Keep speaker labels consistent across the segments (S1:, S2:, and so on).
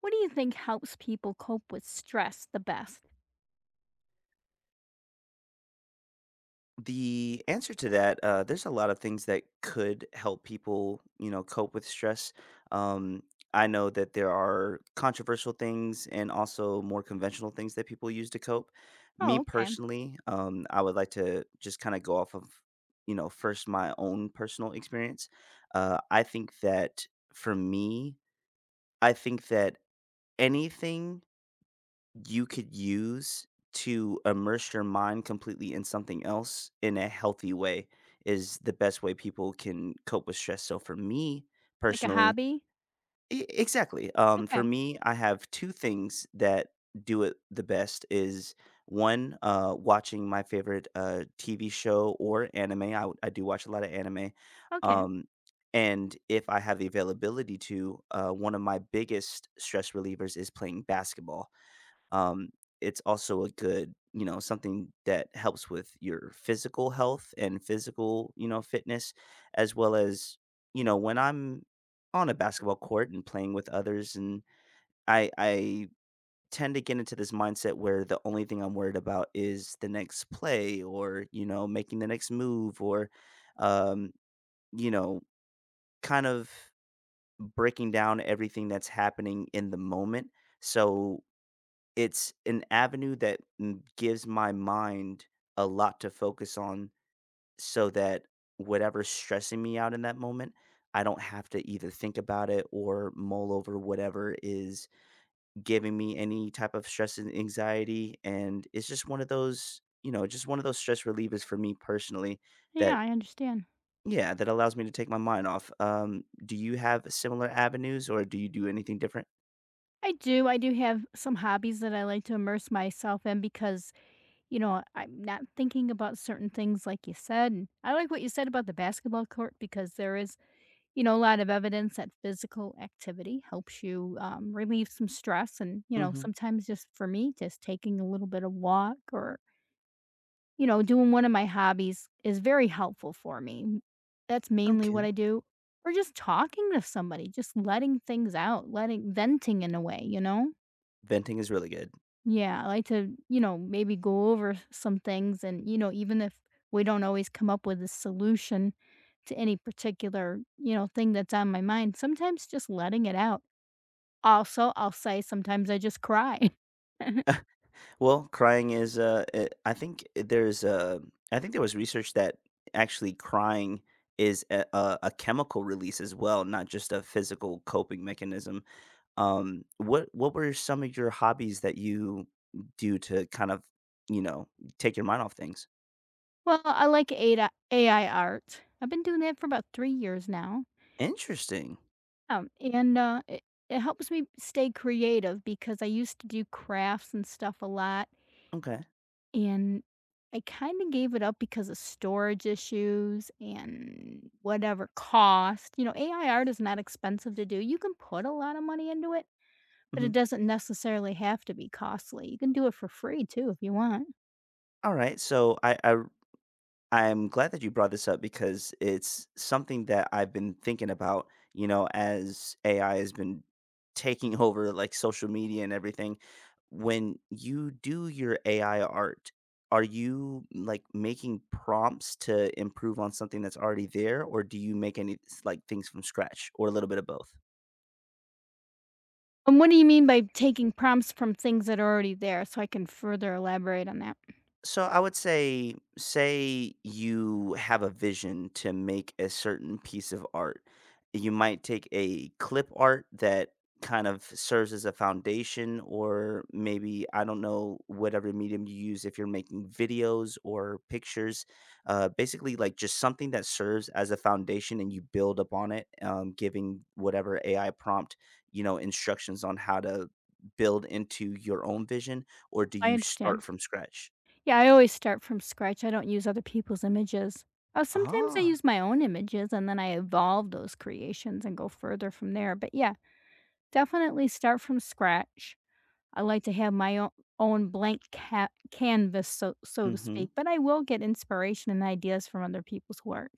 S1: What do you think helps people cope with stress the best?
S2: The answer to that, there's a lot of things that could help people, you know, cope with stress. Um, I know that there are controversial things and also more conventional things that people use to cope. Me
S1: Oh, okay.
S2: personally, I would like to just kind of go off of, you know, first my own personal experience. I think that for me, I think that anything you could use to immerse your mind completely in something else in a healthy way is the best way people can cope with stress. So for me
S1: Like a
S2: personally,
S1: hobby?
S2: exactly. For
S1: Okay.
S2: me, I have two things that do it the best is one, watching my favorite tv show or anime, I do watch a lot of anime,
S1: Okay.
S2: um and if I have the availability to, one of my biggest stress relievers is playing basketball. um, it's also a good, you know, something that helps with your physical health and physical, you know, fitness, as well as, you know, when I'm on a basketball court and playing with others, and I tend to get into this mindset where the only thing I'm worried about is the next play or, you know, making the next move or, um, you know, kind of breaking down everything that's happening in the moment. So it's an avenue that m gives my mind a lot to focus on so that whatever's stressing me out in that moment, I don't have to either think about it or mull over whatever is giving me any type of stress and anxiety, and it's just one of those, you know, just one of those stress relievers for me personally
S1: Yeah,
S2: that
S1: I understand.
S2: yeah, that allows me to take my mind off. Do you have similar avenues, or do you do anything different?
S1: I do. I do have some hobbies that I like to immerse myself in because, you know, I'm not thinking about certain things like you said. And I like what you said about the basketball court because there is, you know, a lot of evidence that physical activity helps you relieve some stress. And, you know,
S2: Mhm.
S1: sometimes just for me, just taking a little bit of walk or you know, doing one of my hobbies is very helpful for me. That's mainly what
S2: Okay.
S1: I do. Or just talking to somebody, just letting things out, letting venting in a way, you know?
S2: Venting is really good.
S1: Yeah, I like to, you know, maybe go over some things and, you know, even if we don't always come up with a solution to any particular, you know, thing that's on my mind, sometimes just letting it out. Also, I'll say sometimes I just cry.
S2: Well, crying is I think there's I think there was research that actually crying is a chemical release as well, not just a physical coping mechanism. What were some of your hobbies that you do to kind of, you know, take your mind off things?
S1: Well, I like AI art. I've been doing that for about 3 years now.
S2: Interesting.
S1: Yeah, and, it helps me stay creative because I used to do crafts and stuff a lot,
S2: Okay.
S1: and I kinda gave it up because of storage issues and whatever cost. You know, AI art is not expensive to do, you can put a lot of money into it, but it
S2: Mhm.
S1: doesn't necessarily have to be costly, you can do it for free too if you want.
S2: All right. So I'm glad that you brought this up because it's something that I've been thinking about, you know, as AI has been taking over like social media and everything. When you do your AI art, are you like making prompts to improve on something that's already there, or do you make any like things from scratch or a little bit of both?
S1: And what do you mean by taking prompts from things that are already there so I can further elaborate on that?
S2: So I would say, say you have a vision to make a certain piece of art. You might take a clip art that kind of serves as a foundation, or maybe I don't know whatever medium you use if you're making videos or pictures. Basically, like just something that serves as a foundation, and you build upon it, giving whatever AI prompt, you know, instructions on how to build into your own vision, or do
S1: I
S2: you
S1: understand.
S2: start from scratch?
S1: Yeah, I always start from scratch, I don't use other people's images. Oh, sometimes I
S2: Ah,
S1: use my own images, and then I evolve those creations and go further from there, but yeah, definitely start from scratch. I like to have my own blank ca canvas, so so
S2: mm,
S1: to speak,
S2: mhm.
S1: but I will get inspiration and ideas from other people's work.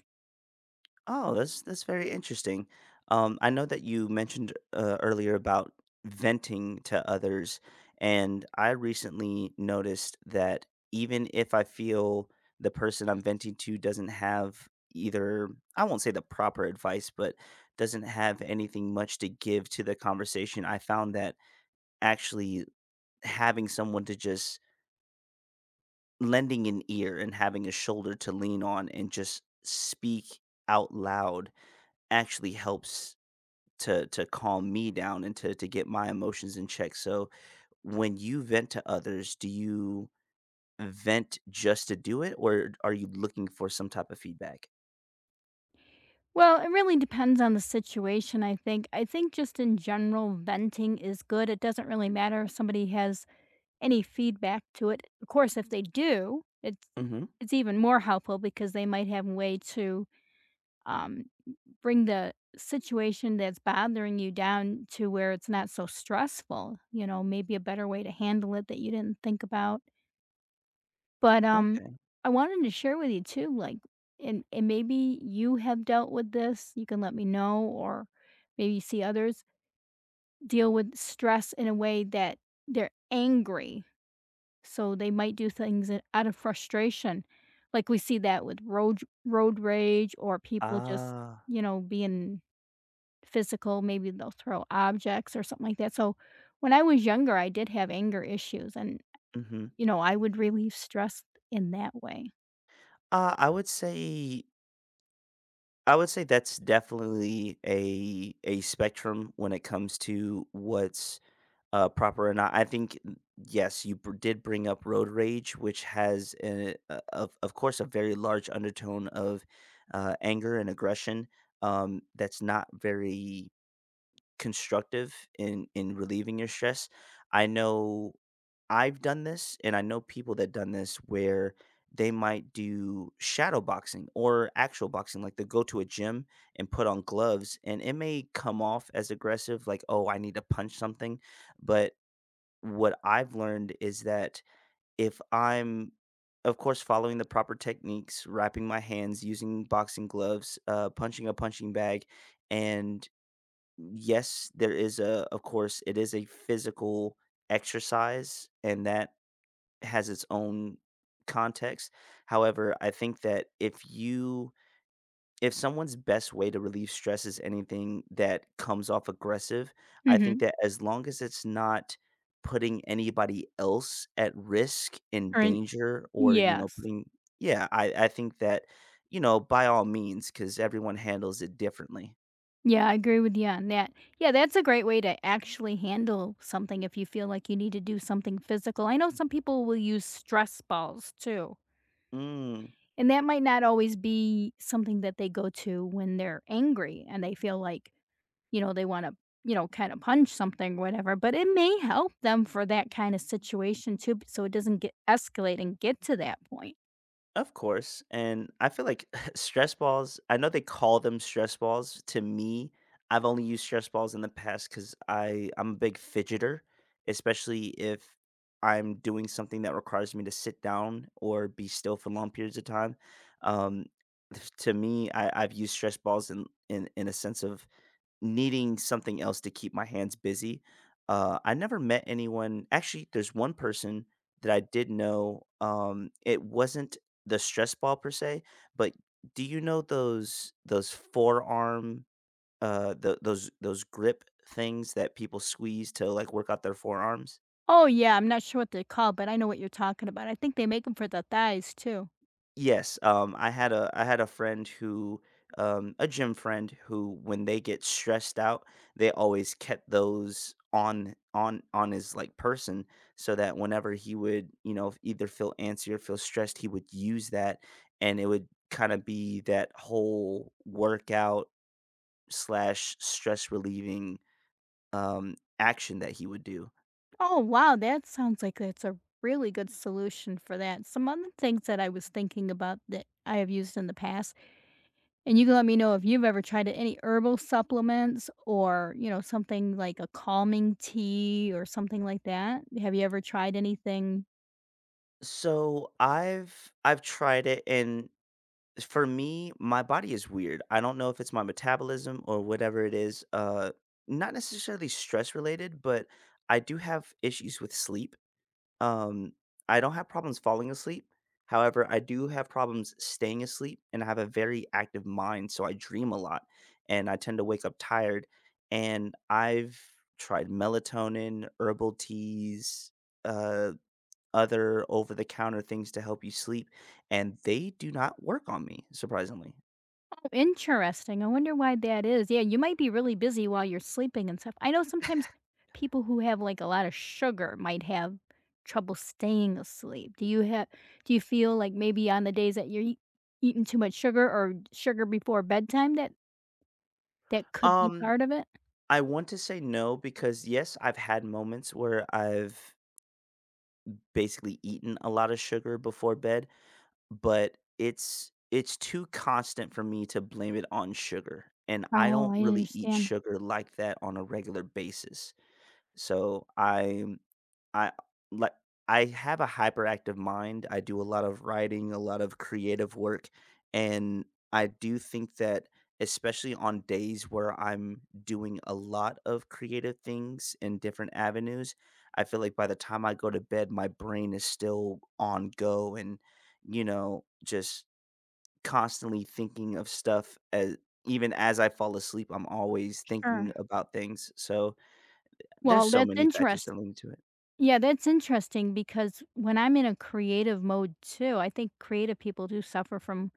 S2: Oh, that's very interesting. I know that you mentioned, earlier about venting to others, and I recently noticed that even if I feel the person I'm venting to doesn't have either, I won't say the proper advice, but doesn't have anything much to give to the conversation, I found that actually having someone to just lending an ear and having a shoulder to lean on and just speak out loud actually helps to calm me down and to get my emotions in check. So when you vent to others, do you vent just to do it or are you looking for some type of feedback?
S1: Well, it really depends on the situation, I think. I think just in general, venting is good, it doesn't really matter if somebody has any feedback to it. Of course, if they do, it's
S2: Mhm.
S1: it's even more helpful because they might have a way to um, bring the situation that's bothering you down to where it's not so stressful. You know, maybe a better way to handle it that you didn't think about. But
S2: Okay.
S1: I wanted to share with you too, like, and maybe you have dealt with this. You can let me know, or maybe you see others deal with stress in a way that they're angry. So they might do things I out of frustration. Like we see that with road rage or people just,
S2: Ah.
S1: you know, being physical, maybe they'll throw objects or something like that. So when I was younger, I did have anger issues and,
S2: Mhm.
S1: you know, I would relieve stress in that way.
S2: Uh, I would say I would say that's definitely a spectrum when it comes to what's proper or not, I think, yes, you br did bring up road rage, which has a of course, a very large undertone of, anger and aggression, that's not very constructive in relieving your stress. I know I've done this, and I know people that done this where they might do shadow boxing or actual boxing, like, they go to a gym and put on gloves, and it may come off as aggressive, like, "Oh, I need to punch something," but what I've learned is that if I'm, of course, following the proper techniques, wrapping my hands, using boxing gloves, punching a punching bag, and yes, there is a, of course, it is a physical exercise, and that has its own context. However, I think that if someone's best way to relieve stress is anything that comes off aggressive, I think
S1: Mhm.
S2: that as long as it's not putting anybody else at risk and
S1: Or in,
S2: danger or, you know,
S1: yes.
S2: putting, yeah, I think that, you know, by all means, because everyone handles it differently.
S1: Yeah, I agree with you on that. Yeah, that's a great way to actually handle something if you feel like you need to do something physical. I know some people will use stress balls too.
S2: Mm.
S1: And that might not always be something that they go to when they're angry and they feel like, you know, they wanna, you know, kinda punch something, whatever, but it may help them for that kinda situation too, b so it doesn't get escalate and get to that point.
S2: Of course, and I feel like stress balls, I know they call them stress balls. To me, I've only used stress balls in the past because I'm a big fidgeter, especially if I'm doing something that requires me to sit down or be still for long periods of time. Um, to me, I I've used stress balls in a sense of needing something else to keep my hands busy. I never met anyone, actually, there's one person that I did know, it wasn't the stress ball per se, but do you know those forearm, uh, those those grip things that people squeeze to, like, work out their forearms?
S1: Oh, yeah, I'm not sure what they call, but I know what you're talking about. I think they make them for the thighs too.
S2: Yes, I had a friend who, a gym friend who, when they get stressed out, they always kept those on on his like person, so that whenever he would, you know, either feel antsy or feel stressed, he would use that, and it would kind of be that whole workout slash stress relieving, action that he would do.
S1: Oh, wow, that sounds like that's a really good solution for that. Some other things that I was thinking about that I have used in the past, and you can let me know if you've ever tried any herbal supplements or, you know, something like a calming tea or something like that. Have you ever tried anything?
S2: So I've tried it, and for me, my body is weird. I don't know if it's my metabolism or whatever it is. Not necessarily stress related, but I do have issues with sleep. Um, I don't have problems falling asleep. However, I do have problems staying asleep, and I have a very active mind, so I dream a lot, and I tend to wake up tired. And I've tried melatonin, herbal teas, uh, other over the counter things to help you sleep, and they do not work on me, surprisingly.
S1: Oh, interesting. I wonder why that is. Yeah, you might be really busy while you're sleeping and stuff. I know sometimes people who have like a lot of sugar might have trouble staying asleep. Do you have do you feel like maybe on the days that you're eating too much sugar or sugar before bedtime that that could be
S2: Um,
S1: part of it?
S2: I want to say no because, yes, I've had moments where I've basically eaten a lot of sugar before bed, but it's too constant for me to blame it on sugar, and I
S1: Oh,
S2: don't
S1: I
S2: really eat
S1: understand.
S2: sugar like that on a regular basis. So, I'm I like, I have a hyperactive mind. I do a lot of writing, a lot of creative work, and I do think that especially on days where I'm doing a lot of creative things in different avenues, I feel like by the time I go to bed, my brain is still on go and, you know, just constantly thinking of stuff, as even as I fall asleep, I'm always thinking
S1: Sure.
S2: about things. So there's
S1: Well,
S2: so
S1: that's
S2: many factors
S1: interesting.
S2: that lead to it.
S1: Yeah, that's interesting because when I'm in a creative mode too, I think creative people do suffer from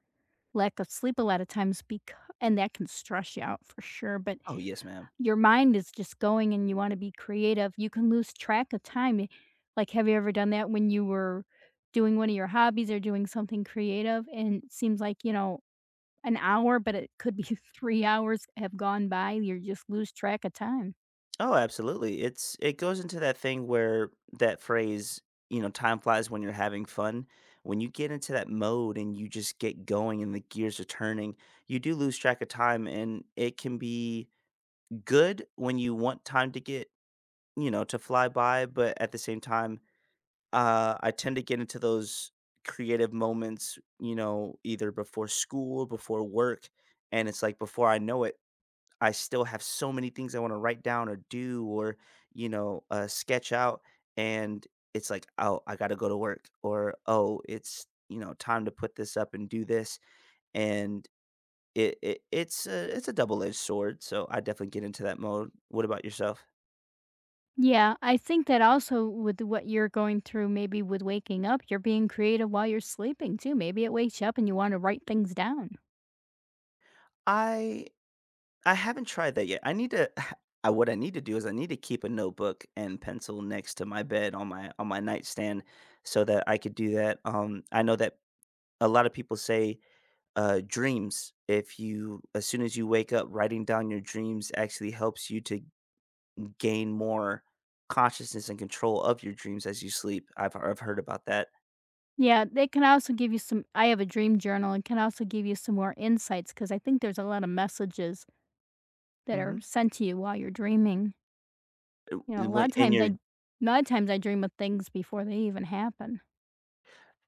S1: lack of sleep a lot of times. Because and that can stress you out for sure, but
S2: Oh yes, ma'am.
S1: your mind is just going and you wanna be creative. You can lose track of time. Y Like, have you ever done that when you were doing one of your hobbies or doing something creative and it seems like, you know, an hour, but it could be 3 hours have gone by, you just lose track of time?
S2: Oh, absolutely. It's it goes into that thing where that phrase, you know, time flies when you're having fun. When you get into that mode and you just get going and the gears are turning, you do lose track of time and it can be good when you want time to get, you know, to fly by, but at the same time, I tend to get into those creative moments, you know, either before school, before work, and it's like before I know it I still have so many things I want to write down or do or, you know, sketch out. And it's like, oh, I got to go to work or, oh, it's, you know, time to put this up and do this. And it's a double-edged sword. So I definitely get into that mode. What about yourself?
S1: Yeah, I think that also with what you're going through, maybe with waking up, you're being creative while you're sleeping too, maybe it wakes you up and you wanna write things down.
S2: I, I haven't tried that yet. I need to, I, what I need to do is I need to keep a notebook and pencil next to my bed on on my nightstand so that I could do that. I know that a lot of people say, dreams. If you, as soon as you wake up, writing down your dreams actually helps you to gain more consciousness and control of your dreams as you sleep. I've heard about that.
S1: Yeah, they can also give you some, I have a dream journal and can also give you some more insights because I think there's a lot of messages that are
S2: Hmm.
S1: sent to you while you're dreaming. You know, a lot
S2: When
S1: of
S2: in
S1: times I
S2: your,
S1: a lot of times I dream of things before they even happen.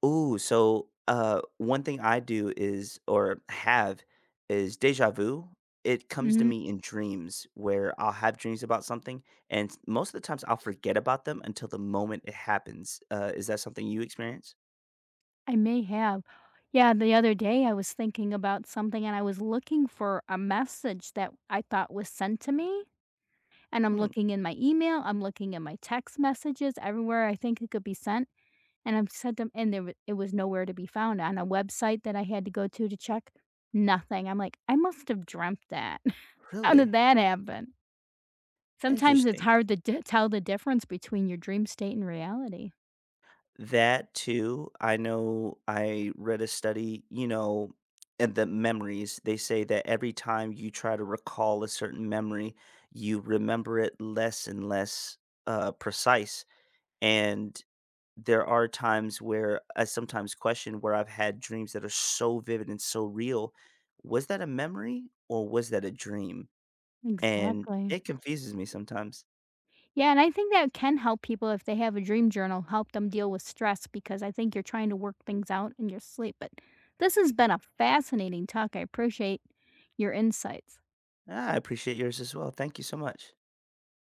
S2: ooh, so one thing I do is or have is deja vu. It comes to
S1: Mhm.
S2: me in dreams where I'll have dreams about something, and most of the times I'll forget about them until the moment it happens. Is that something you experience?
S1: I may have. Yeah, the other day I was thinking about something and I was looking for a message that I thought was sent to me, and I'm
S2: Hmm,
S1: looking in my email, I'm looking in my text messages, everywhere I think it could be sent, and I've sent them and there wa it was nowhere to be found on a website that I had to go to check, nothing. I'm like, "I must have dreamt that. How did
S2: really
S1: that happen?" Sometimes it's
S2: interesting.
S1: hard to d tell the difference between your dream state and reality.
S2: That too, I know I read a study, you know, and the memories, they say that every time you try to recall a certain memory, you remember it less and less, precise. And there are times where I sometimes question where I've had dreams that are so vivid and so real. Was that a memory or was that a dream? And
S1: Exactly.
S2: it confuses me sometimes.
S1: Yeah, and I think that can help people if they have a dream journal, help them deal with stress because I think you're trying to work things out in your sleep. But this has been a fascinating talk. I appreciate your insights.
S2: Ah, I appreciate yours as well. Thank you so much.